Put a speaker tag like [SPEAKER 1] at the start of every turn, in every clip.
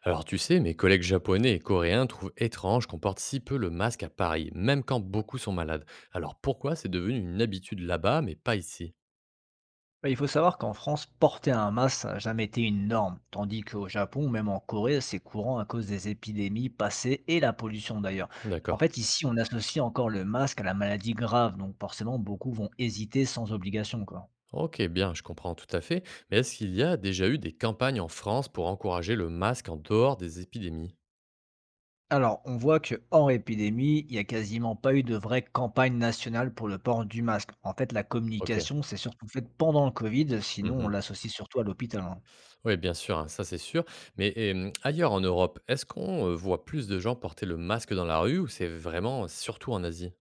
[SPEAKER 1] Alors tu sais, mes collègues japonais et coréens trouvent étrange qu'on porte si peu le masque à Paris, même quand beaucoup sont malades. Alors pourquoi c'est devenu une habitude là-bas, mais pas ici?
[SPEAKER 2] Bah, il faut savoir qu'en France, porter un masque, ça n'a jamais été une norme, tandis qu'au Japon, ou même en Corée, c'est courant à cause des épidémies passées et la pollution d'ailleurs. En
[SPEAKER 1] D'accord.
[SPEAKER 2] fait, ici, on associe encore le masque à la maladie grave, donc forcément, beaucoup vont hésiter sans obligation, quoi.
[SPEAKER 1] Ok, bien, je comprends tout à fait. Mais est-ce qu'il y a déjà eu des campagnes en France pour encourager le masque en dehors des épidémies?
[SPEAKER 2] Alors, on voit que hors épidémie, il n'y a quasiment pas eu de vraie campagne nationale pour le port du masque. En fait, la
[SPEAKER 1] Ok.
[SPEAKER 2] communication, c'est surtout faite pendant le Covid, sinon on
[SPEAKER 1] Mhm.
[SPEAKER 2] l'associe surtout à l'hôpital, hein.
[SPEAKER 1] Oui, bien sûr, hein, ça c'est sûr. Mais ailleurs en Europe, est-ce qu'on voit plus de gens porter le masque dans la rue ou c'est vraiment surtout en Asie?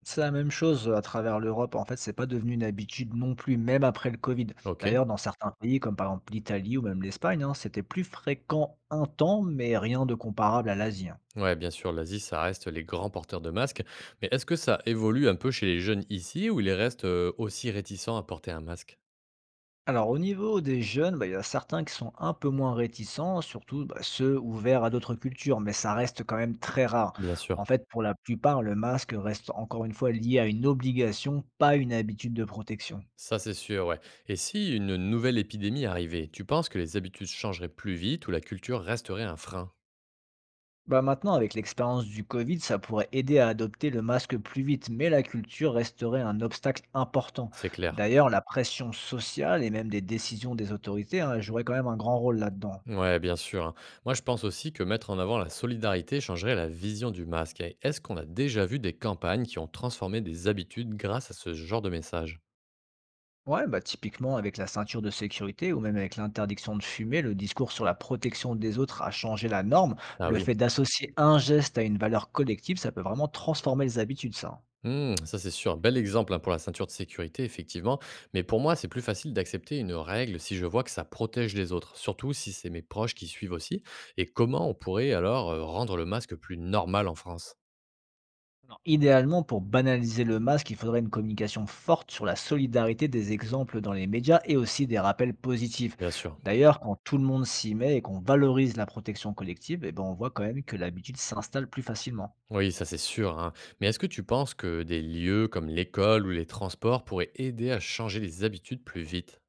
[SPEAKER 2] C'est la même chose à travers l'Europe. En fait, c'est pas devenu une habitude non plus, même après le Covid.
[SPEAKER 1] Ok.
[SPEAKER 2] D'ailleurs, dans certains pays, comme par exemple l'Italie ou même l'Espagne, hein, c'était plus fréquent un temps, mais rien de comparable à l'Asie, hein.
[SPEAKER 1] Ouais, bien sûr, l'Asie, ça reste les grands porteurs de masques. Mais est-ce que ça évolue un peu chez les jeunes ici ou ils restent aussi réticents à porter un masque?
[SPEAKER 2] Alors, au niveau des jeunes, bah, il y a certains qui sont un peu moins réticents, surtout bah, ceux ouverts à d'autres cultures, mais ça reste quand même très rare.
[SPEAKER 1] Bien
[SPEAKER 2] En
[SPEAKER 1] sûr.
[SPEAKER 2] fait, pour la plupart, le masque reste encore une fois lié à une obligation, pas une habitude de protection.
[SPEAKER 1] Ça, c'est sûr, ouais. Et si une nouvelle épidémie arrivait, tu penses que les habitudes changeraient plus vite ou la culture resterait un frein?
[SPEAKER 2] Bah maintenant, avec l'expérience du Covid, ça pourrait aider à adopter le masque plus vite, mais la culture resterait un obstacle important.
[SPEAKER 1] C'est clair.
[SPEAKER 2] D'ailleurs, la pression sociale et même des décisions des autorités, hein, joueraient quand même un grand rôle là-dedans.
[SPEAKER 1] Ouais, bien sûr, hein. Moi, je pense aussi que mettre en avant la solidarité changerait la vision du masque. Et est-ce qu'on a déjà vu des campagnes qui ont transformé des habitudes grâce à ce genre de message?
[SPEAKER 2] Ouais, bah typiquement avec la ceinture de sécurité ou même avec l'interdiction de fumer, le discours sur la protection des autres a changé la norme.
[SPEAKER 1] Ah
[SPEAKER 2] Le fait
[SPEAKER 1] oui.
[SPEAKER 2] d'associer un geste à une valeur collective, ça peut vraiment transformer les habitudes, ça, hein.
[SPEAKER 1] Mmh, ça, c'est sûr. Bel exemple, hein, pour la ceinture de sécurité, effectivement. Mais pour moi, c'est plus facile d'accepter une règle si je vois que ça protège les autres, surtout si c'est mes proches qui suivent aussi. Et comment on pourrait alors rendre le masque plus normal en France?
[SPEAKER 2] Alors, idéalement, pour banaliser le masque, il faudrait une communication forte sur la solidarité, des exemples dans les médias et aussi des rappels positifs.
[SPEAKER 1] Bien sûr.
[SPEAKER 2] D'ailleurs, quand tout le monde s'y met et qu'on valorise la protection collective, eh ben, on voit quand même que l'habitude s'installe plus facilement.
[SPEAKER 1] Oui, ça c'est sûr, hein. Mais est-ce que tu penses que des lieux comme l'école ou les transports pourraient aider à changer les habitudes plus vite?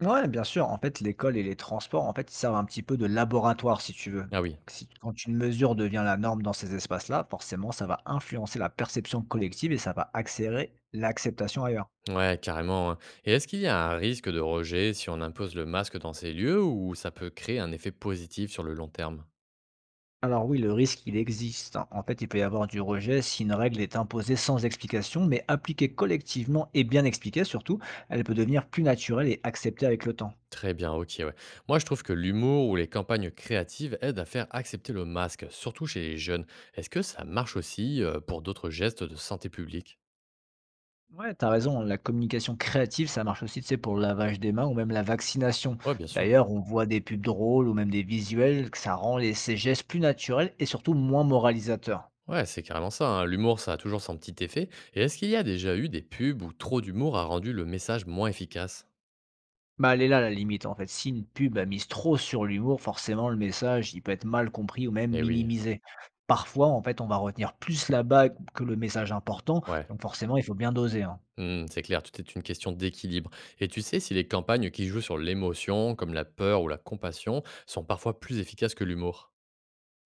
[SPEAKER 2] Ouais, bien sûr. En fait, l'école et les transports, en fait, ils servent un petit peu de laboratoire, si tu veux.
[SPEAKER 1] Ah oui.
[SPEAKER 2] Quand une mesure devient la norme dans ces espaces-là, forcément, ça va influencer la perception collective et ça va accélérer l'acceptation ailleurs.
[SPEAKER 1] Ouais, carrément, hein. Et est-ce qu'il y a un risque de rejet si on impose le masque dans ces lieux ou ça peut créer un effet positif sur le long terme?
[SPEAKER 2] Alors oui, le risque, il existe. En fait, il peut y avoir du rejet si une règle est imposée sans explication, mais appliquée collectivement et bien expliquée surtout, elle peut devenir plus naturelle et acceptée avec le temps.
[SPEAKER 1] Très bien, ok, ouais. Moi, je trouve que l'humour ou les campagnes créatives aident à faire accepter le masque, surtout chez les jeunes. Est-ce que ça marche aussi pour d'autres gestes de santé publique?
[SPEAKER 2] Ouais, t'as raison, la communication créative, ça marche aussi, tu sais, pour le lavage des mains ou même la vaccination.
[SPEAKER 1] Ouais, bien sûr.
[SPEAKER 2] D'ailleurs, on voit des pubs drôles ou même des visuels, que ça rend les, ces gestes plus naturels et surtout moins moralisateurs.
[SPEAKER 1] Ouais, c'est carrément ça, hein. L'humour, ça a toujours son petit effet. Et est-ce qu'il y a déjà eu des pubs où trop d'humour a rendu le message moins efficace?
[SPEAKER 2] Bah, elle est là la limite en fait. Si une pub a mise trop sur l'humour, forcément le message, il peut être mal compris ou même
[SPEAKER 1] Eh oui,
[SPEAKER 2] minimisé. Parfois, en fait, on va retenir plus la bague que le message important,
[SPEAKER 1] ouais.
[SPEAKER 2] donc forcément, il faut bien doser, hein.
[SPEAKER 1] Hmm, c'est clair, tout est une question d'équilibre. Et tu sais si les campagnes qui jouent sur l'émotion, comme la peur ou la compassion, sont parfois plus efficaces que l'humour?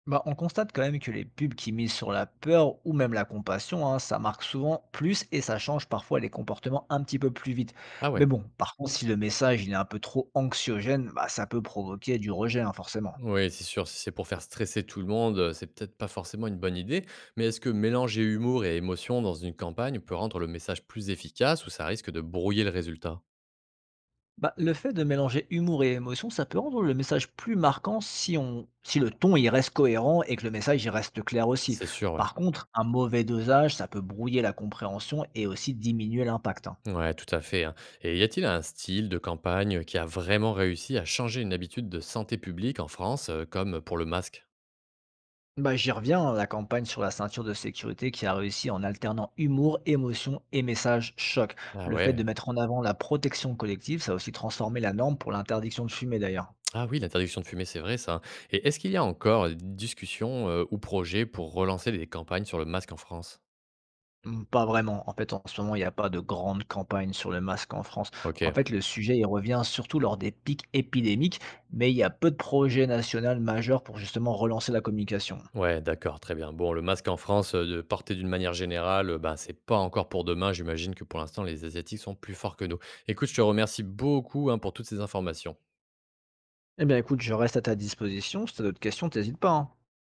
[SPEAKER 2] Bah, on constate quand même que les pubs qui misent sur la peur ou même la compassion, hein, ça marque souvent plus et ça change parfois les comportements un petit peu plus vite.
[SPEAKER 1] Ah
[SPEAKER 2] Mais
[SPEAKER 1] ouais.
[SPEAKER 2] bon, par contre, si le message il est un peu trop anxiogène, bah, ça peut provoquer du rejet, hein, forcément.
[SPEAKER 1] Oui, c'est sûr, si c'est pour faire stresser tout le monde, c'est peut-être pas forcément une bonne idée. Mais est-ce que mélanger humour et émotion dans une campagne peut rendre le message plus efficace ou ça risque de brouiller le résultat?
[SPEAKER 2] Bah, le fait de mélanger humour et émotion, ça peut rendre le message plus marquant si le ton il reste cohérent et que le message il reste clair aussi.
[SPEAKER 1] C'est sûr, ouais.
[SPEAKER 2] Par contre, un mauvais dosage, ça peut brouiller la compréhension et aussi diminuer l'impact, hein.
[SPEAKER 1] Ouais, tout à fait, hein. Et y a-t-il un style de campagne qui a vraiment réussi à changer une habitude de santé publique en France, comme pour le masque?
[SPEAKER 2] Bah, j'y reviens, la campagne sur la ceinture de sécurité qui a réussi en alternant humour, émotion et message choc.
[SPEAKER 1] Ah
[SPEAKER 2] Le fait de
[SPEAKER 1] ouais.
[SPEAKER 2] mettre en avant la protection collective, ça a aussi transformé la norme pour l'interdiction de fumer d'ailleurs.
[SPEAKER 1] Ah oui, l'interdiction de fumer, c'est vrai ça, hein. Et est-ce qu'il y a encore des discussions, ou projets pour relancer des campagnes sur le masque en France?
[SPEAKER 2] Mmh, pas vraiment. En fait, en ce moment, il n'y a pas de grande campagne sur le masque en France. En
[SPEAKER 1] Ok.
[SPEAKER 2] fait, le sujet, il revient surtout lors des pics épidémiques, mais il y a peu de projets nationaux majeurs pour justement relancer la communication.
[SPEAKER 1] Ouais, d'accord, très bien. Bon, le masque en France, de porter d'une manière générale, ben, c'est pas encore pour demain. J'imagine que pour l'instant, les Asiatiques sont plus forts que nous. Écoute, je te remercie beaucoup, hein, pour toutes ces informations.
[SPEAKER 2] Eh bien, écoute, je reste à ta disposition. Si tu as d'autres questions, t'hésites pas, hein.